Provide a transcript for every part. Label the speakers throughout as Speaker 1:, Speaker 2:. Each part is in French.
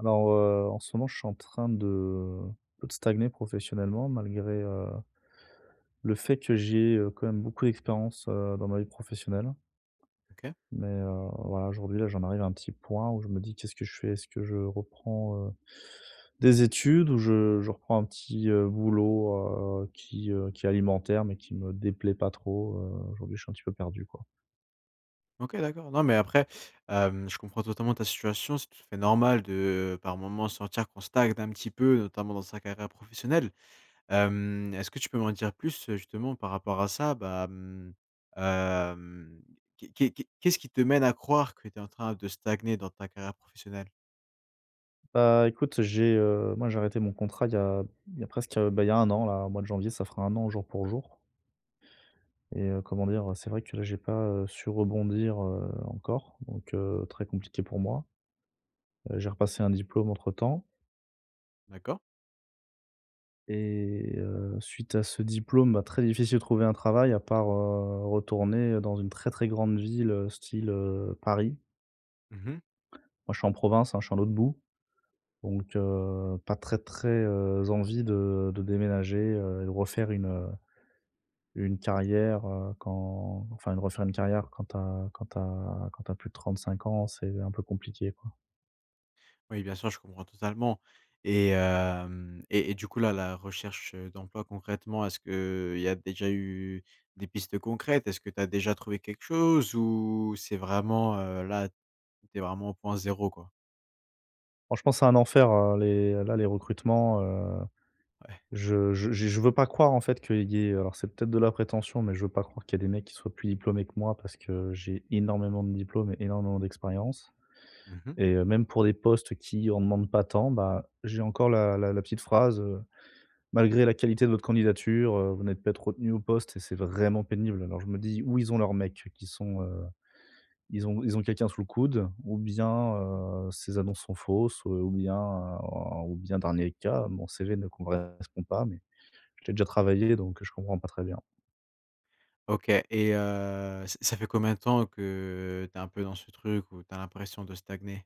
Speaker 1: Alors, en ce moment, je suis en train de stagner professionnellement malgré, le fait que j'ai, quand même beaucoup d'expérience, dans ma vie professionnelle.
Speaker 2: OK.
Speaker 1: Mais, voilà, aujourd'hui, là, j'en arrive à un petit point où je me dis: «Qu'est-ce que je fais? Est-ce que je reprends, des études ou je reprends un petit, boulot, qui est alimentaire mais qui me déplaît pas trop?» Aujourd'hui, je suis un petit peu perdu, quoi.
Speaker 2: OK, d'accord. Non, mais après, je comprends totalement ta situation. C'est tout à fait normal de, par moments, sentir qu'on stagne un petit peu, notamment dans sa carrière professionnelle. Est-ce que tu peux m'en dire plus, justement par rapport à ça? Bah, mmh, hem, qu'est-ce qui te mène à croire que tu es en train de stagner dans ta carrière professionnelle?
Speaker 1: Bah, écoute, j'ai, moi, j'ai arrêté mon contrat il y a presque, bah, il y a un an, là, au mois de janvier, ça fera un an jour pour jour. Et comment dire? C'est vrai que là, j'ai pas, su rebondir, encore, donc très compliqué pour moi. J'ai repassé un diplôme entre-temps
Speaker 2: D'accord.
Speaker 1: et suite à ce diplôme, bah, très difficile de trouver un travail à part, retourner dans une très, très grande ville, style, Paris.
Speaker 2: Mmh.
Speaker 1: Moi, je suis en province, hein, je suis en l'autre bout, donc pas très, très, envie de déménager, et de refaire une carrière, quand enfin, de refaire une carrière quand t'as quand t'as plus de 35 ans, c'est un peu compliqué, quoi.
Speaker 2: Oui, bien sûr, je comprends totalement et hem et du coup, là, la recherche, d'emploi concrètement, est-ce qu'il y a déjà eu des pistes concrètes? Est-ce que tu as déjà trouvé quelque chose ou c'est vraiment, là, tu es vraiment au point zéro quoi?
Speaker 1: Franchement, c'est un enfer, les recrutements,
Speaker 2: Ouais.
Speaker 1: je veux pas croire, en fait, qu'il y ait alors c'est peut-être de la prétention, mais je veux pas croire qu'il y a des mecs qui soient plus diplômés que moi parce que j'ai énormément de diplômes et énormément d'expérience
Speaker 2: Mmh.
Speaker 1: et même pour des postes qui en demandent pas tant, bah, j'ai encore la petite phrase, «Malgré la qualité de votre candidature, vous n'êtes pas être retenu au poste» et c'est vraiment pénible. Alors je me dis: «Où ils ont leurs mecs qui sont,» Ils ont quelqu'un sous le coude ou bien, ces annonces sont fausses, ou bien dernier cas, mon CV ne correspond pas, mais je l'ai déjà travaillé donc je comprends pas très bien.
Speaker 2: OK et ç ça fait combien de temps que tu es un peu dans ce truc où tu as l'impression de stagner?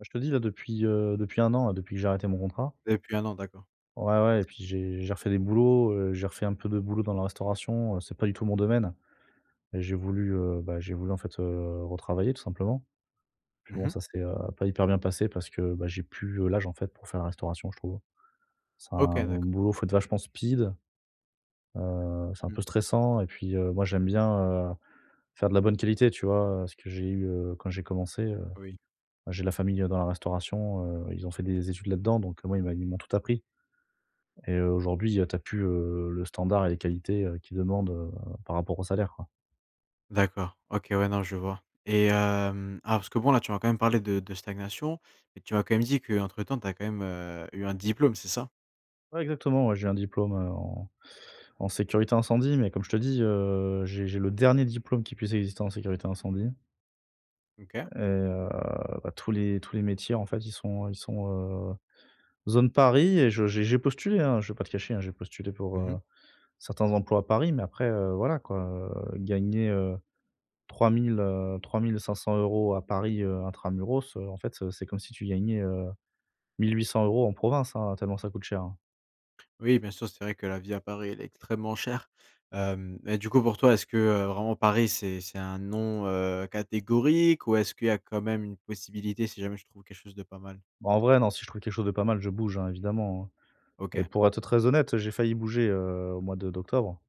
Speaker 1: Bah, je te dis là depuis, depuis un an, là, depuis que j'ai arrêté mon contrat.
Speaker 2: Depuis un an, d'accord.
Speaker 1: Ouais, ouais, et puis j'ai refait des boulots, j'ai refait un peu de boulot dans la restauration, c'est pas du tout mon domaine et j'ai voulu, bah, j'ai voulu en fait, retravailler tout simplement. Puis bon
Speaker 2: Mmh.
Speaker 1: ça s'est, pas hyper bien passé parce que, bah, j'ai plus, l'âge en fait pour faire la restauration je trouve. C'est
Speaker 2: OK,
Speaker 1: un
Speaker 2: d'accord.
Speaker 1: boulot, faut être vachement speed. C'est un
Speaker 2: Mmh,
Speaker 1: peu stressant et puis, moi j'aime bien, heu, faire de la bonne qualité, tu vois? Ce que j'ai eu, quand j'ai commencé,
Speaker 2: oui.
Speaker 1: bah, j'ai de la famille, dans la restauration, ils ont fait des études là-dedans donc moi, ils m'ont tout appris et aujourd'hui, tu as plus, le standard et les qualités, qu'ils demandent, par rapport au salaire, quoi.
Speaker 2: D'accord. OK, ouais, non, je vois et ah, parce que bon, là, tu m'as quand même parlé de stagnation et tu m'as quand même dit qu'entre temps, tu as quand même, eu un diplôme, c'est ça?
Speaker 1: Ouais, exactement, ouais, j'ai un diplôme, en sécurité incendie mais comme je te dis, j'ai le dernier diplôme qui puisse exister en sécurité incendie.
Speaker 2: OK.
Speaker 1: Et bah, tous les métiers, en fait, ils sont Zone Paris et je j'ai postulé, hein, je vais pas te cacher, hein, j'ai postulé pour,
Speaker 2: Mmh.
Speaker 1: certains emplois à Paris, mais après, voilà quoi, gagner, 3 000, 3 500 euros à Paris, intramuros, en fait, c'est comme si tu gagnais, 1 800 euros en province, hein, tellement ça coûte cher, hein.
Speaker 2: Oui, bien sûr, c'est vrai que la vie à Paris, elle est extrêmement chère. Hem Et du coup, pour toi, est-ce que, vraiment Paris, c'est un non, catégorique ou est-ce qu'il y a quand même une possibilité si jamais je trouve quelque chose de pas mal?
Speaker 1: Bon, en vrai, non, si je trouve quelque chose de pas mal, je bouge, hein, évidemment, hein, et
Speaker 2: OK.
Speaker 1: pour être très honnête, j'ai failli bouger, au mois de d'octobre.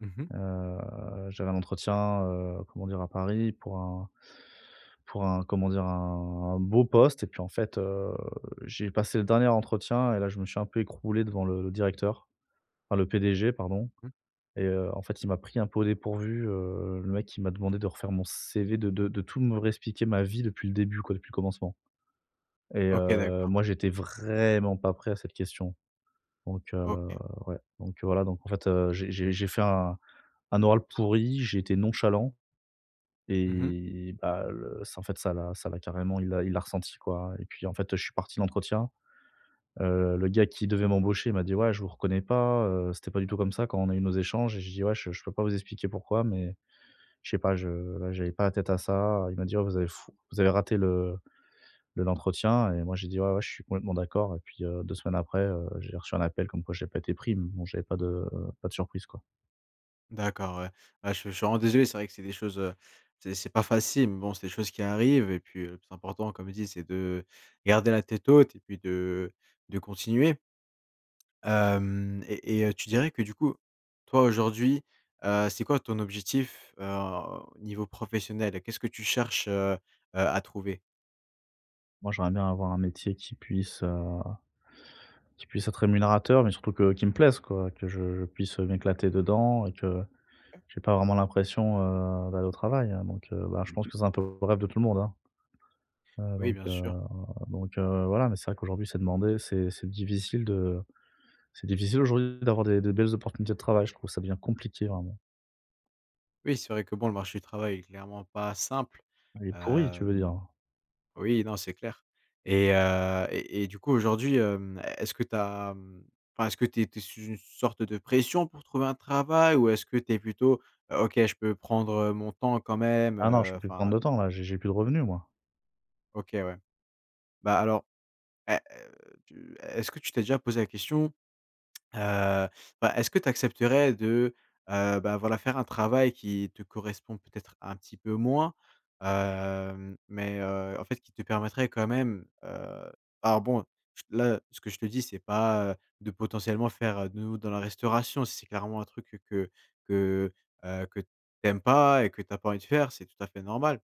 Speaker 2: Mmh mh.
Speaker 1: J'avais un entretien, comment dire? À Paris pour un comment dire? Un beau poste et puis en fait, j'ai passé le dernier entretien et là je me suis un peu écroulé devant le directeur, enfin le PDG pardon.
Speaker 2: Mmh.
Speaker 1: Et en fait il m'a pris un peu au dépourvu, le mec il m'a demandé de refaire mon CV, de tout me réexpliquer ma vie depuis le début quoi, depuis le commencement. Et
Speaker 2: OK, d'accord.
Speaker 1: moi j'étais vraiment pas prêt à cette question. Donc
Speaker 2: OK.
Speaker 1: ouais, donc voilà, donc en fait, j'ai fait un oral pourri, j'ai été nonchalant.
Speaker 2: Mmh.
Speaker 1: Et bah, le ça en fait, ça l'a carrément il l'a ressenti, quoi. Et puis, en fait, je suis parti de l'entretien, le gars qui devait m'embaucher m'a dit: «Ouais, je vous reconnais pas, c'était pas du tout comme ça quand on a eu nos échanges» et j'ai dit: «Ouais, je peux pas vous expliquer pourquoi, mais je sais pas, je là, j'avais pas la tête à ça». Il m'a dit: «Ouais, vous avez raté le l'entretien» et moi, j'ai dit: «Ouais, ouais, je suis complètement d'accord». Et puis, 2 semaines après, j'ai reçu un appel comme quoi j'ai pas été pris, mais bon, j'avais pas de surprise, quoi.
Speaker 2: D'accord, ouais. Bah, je suis vraiment désolé, c'est vrai que c'est des choses, c'est pas facile, mais bon, c'est des choses qui arrivent et puis, le plus important, comme je dis, c'est de garder la tête haute et puis de continuer. Hem et Tu dirais que, du coup, toi, aujourd'hui, c'est quoi ton objectif, au niveau professionnel? Qu'est-ce que tu cherches, à trouver?
Speaker 1: Moi, j'aimerais bien avoir un métier qui puisse être rémunérateur, mais surtout que qui me plaise quoi, que je puisse m'éclater dedans et que j'ai pas vraiment l'impression, d'aller au travail, hein, donc bah, je pense que c'est un peu le rêve de tout le monde, hein,
Speaker 2: Oui,
Speaker 1: donc
Speaker 2: bien sûr.
Speaker 1: voilà, mais c'est vrai qu'aujourd'hui, c'est demandé, c'est difficile aujourd'hui d'avoir des belles opportunités de travail, je trouve que ça devient compliqué vraiment.
Speaker 2: Oui, c'est vrai que, bon, le marché du travail est clairement pas simple.
Speaker 1: Elle est pourrie, tu veux
Speaker 2: Hem
Speaker 1: dire?
Speaker 2: Oui, non, c'est clair et du coup, aujourd'hui, est-ce que tu as, mmh, enfin, est-ce que tu es sous une sorte de pression pour trouver un travail ou est-ce que tu es plutôt: «OK, je peux prendre, mon temps quand même»,
Speaker 1: Ah non, je peux plus
Speaker 2: enfin
Speaker 1: prendre de temps là, j'ai plus de revenus moi.
Speaker 2: OK, ouais. Bah, alors, tu est-ce que tu t'es déjà posé la question? Heu, Bah, est-ce que tu accepterais de, bah, voilà, faire un travail qui te correspond peut-être un petit peu moins, mais en fait, qui te permettrait quand même, alors bon, ch là, ce que je te dis, c'est pas, de potentiellement faire, de nouveau dans la restauration. Si c'est clairement un truc que que, que tu pas et que tu as pas envie de faire, c'est tout à fait normal.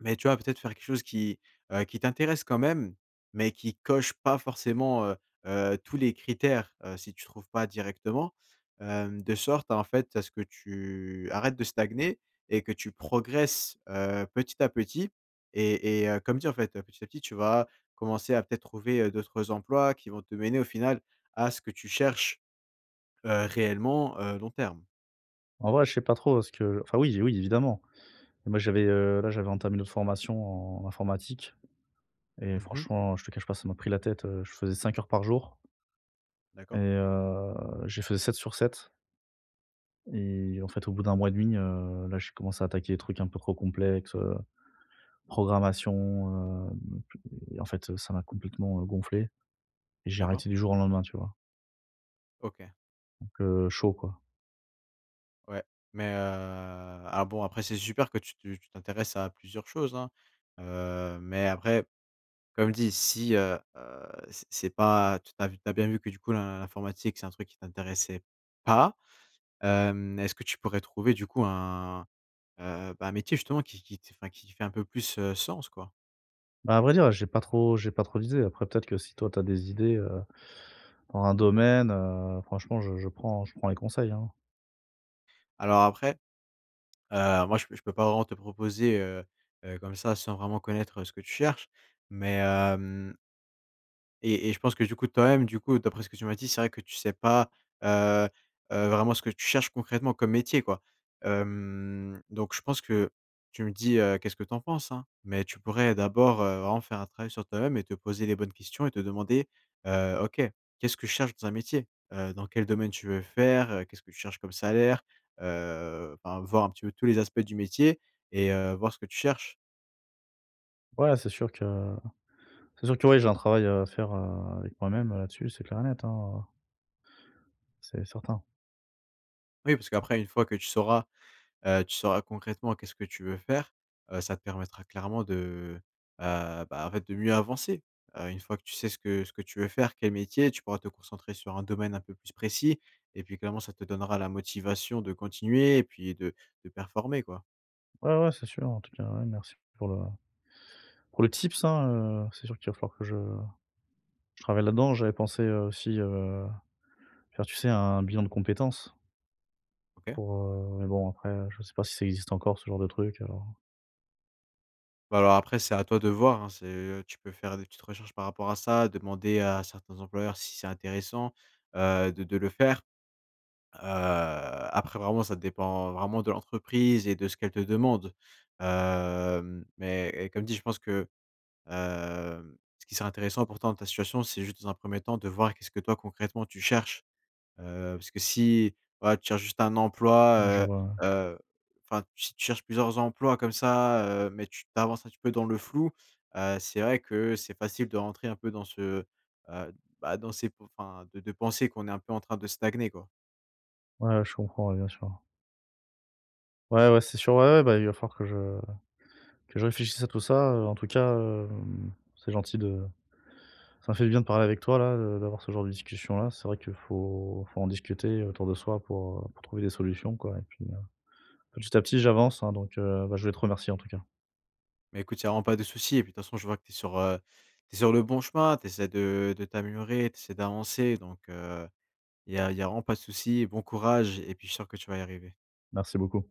Speaker 2: Mais tu vois, peut-être faire quelque chose qui t'intéresse quand même, mais qui coche pas forcément, tous les critères, si tu trouves pas directement, de sorte en fait, à ce que tu arrêtes de stagner et que tu progresses, petit à petit comme dit en fait, petit à petit, tu vas commencer à peut-être trouver, d'autres emplois qui vont te mener au final à ce que tu cherches, réellement, long terme.
Speaker 1: En vrai, je sais pas trop parce que enfin oui, oui, évidemment. Et moi, j'avais, là, j'avais entamé notre formation en informatique et
Speaker 2: Mmh.
Speaker 1: franchement, je te cache pas, ça m'a pris la tête, je faisais 5 heures par jour et
Speaker 2: D'accord,
Speaker 1: j'ai faisais 7 sur 7 et en fait, au bout d'un mois et demi, là, j'ai commencé à attaquer des trucs un peu trop complexes, programmation, et en fait, ça m'a complètement, gonflé et j'ai
Speaker 2: d'accord.
Speaker 1: arrêté du jour au lendemain, tu vois?
Speaker 2: OK.
Speaker 1: Donc chaud, quoi.
Speaker 2: Ouais, mais, alors bon après c'est super que tu t'intéresses à plusieurs choses, hein, mais après comme dit si, c'est pas tu as bien vu que du coup l'informatique c'est un truc qui t'intéressait pas, est-ce que tu pourrais trouver du coup un, bah, un métier justement qui t enfin qui fait un peu plus, sens quoi?
Speaker 1: Bah, à vrai dire, j'ai pas trop d'idées. Après, peut-être que si toi, tu as des idées, dans un domaine, franchement, je prends les conseils, hein.
Speaker 2: Alors après, moi je peux pas vraiment te proposer, comme ça sans vraiment connaître, ce que tu cherches, mais, hem et je pense que du coup, toi-même, du coup, d'après ce que tu m'as dit, c'est vrai que tu sais pas, heu vraiment ce que tu cherches concrètement comme métier, quoi. Donc je pense que tu me dis, qu'est-ce que tu en penses, hein, mais tu pourrais d'abord, vraiment faire un travail sur toi-même et te poser les bonnes questions et te demander, «OK, qu'est-ce que je cherche dans un métier? Dans quel domaine tu veux faire? Qu'est-ce que tu cherches comme salaire?» Enfin, voir un petit peu tous les aspects du métier et voir ce que tu cherches.
Speaker 1: Ouais, c'est sûr que oui, j'ai un travail à faire, avec moi-même, là-dessus, c'est clair et net, hein, c'est certain.
Speaker 2: Oui, parce qu'après, une fois que tu sauras concrètement qu'est-ce que tu veux faire, ça te permettra clairement de, bah, en fait, de mieux avancer. Une fois que tu sais ce que tu veux faire, quel métier, tu pourras te concentrer sur un domaine un peu plus précis et puis clairement, ça te donnera la motivation de continuer et puis de performer, quoi.
Speaker 1: Ouais, ouais, c'est sûr, en tout cas, ouais, merci pour le tips, hein, c'est sûr qu'il va falloir que je travaille là-dedans. J'avais pensé, aussi, faire, tu sais, un bilan de compétences
Speaker 2: OK?
Speaker 1: pour, mais bon, après, je sais pas si ça existe encore ce genre de truc alors.
Speaker 2: Bah, alors après, c'est à toi de voir, hein, c'est, tu peux faire des petites recherches par rapport à ça, demander à certains employeurs si c'est intéressant, de le faire. Après vraiment ça dépend vraiment de l'entreprise et de ce qu'elle te demande. Mais comme dit, je pense que, ce qui serait intéressant pour dans ta situation, c'est juste dans un premier temps de voir qu'est-ce que toi concrètement tu cherches. Parce que si, voilà, tu cherches juste un
Speaker 1: Ouais, je
Speaker 2: emploi, heu
Speaker 1: vois, ouais.
Speaker 2: heu, enfin si tu cherches plusieurs emplois comme ça, mais tu avances un petit peu dans le flou, c'est vrai que c'est facile de rentrer un peu dans ce, heu, bah, dans ces p enfin de penser qu'on est un peu en train de stagner, quoi.
Speaker 1: Ouais, je comprends, ouais, bien sûr. Ouais, ouais, c'est sûr, ouais, ouais, bah, il va falloir que je réfléchisse à tout ça, en tout cas, c'est gentil de ça m'a fait du bien de parler avec toi là, d'avoir ce genre de discussion là. C'est vrai qu'il faut en discuter autour de soi pour trouver des solutions quoi et puis, petit à petit j'avance, hein, donc, bah, je voulais te remercier en tout cas.
Speaker 2: Mais écoute, il y a vraiment pas de souci et puis de toute façon, je vois que tu es sur, tu sur le bon chemin, tu essaies de t'améliorer, tu essaies d'avancer donc il y a vraiment pas de souci. Bon courage et puis je suis sûr que tu vas y arriver.
Speaker 1: Merci beaucoup.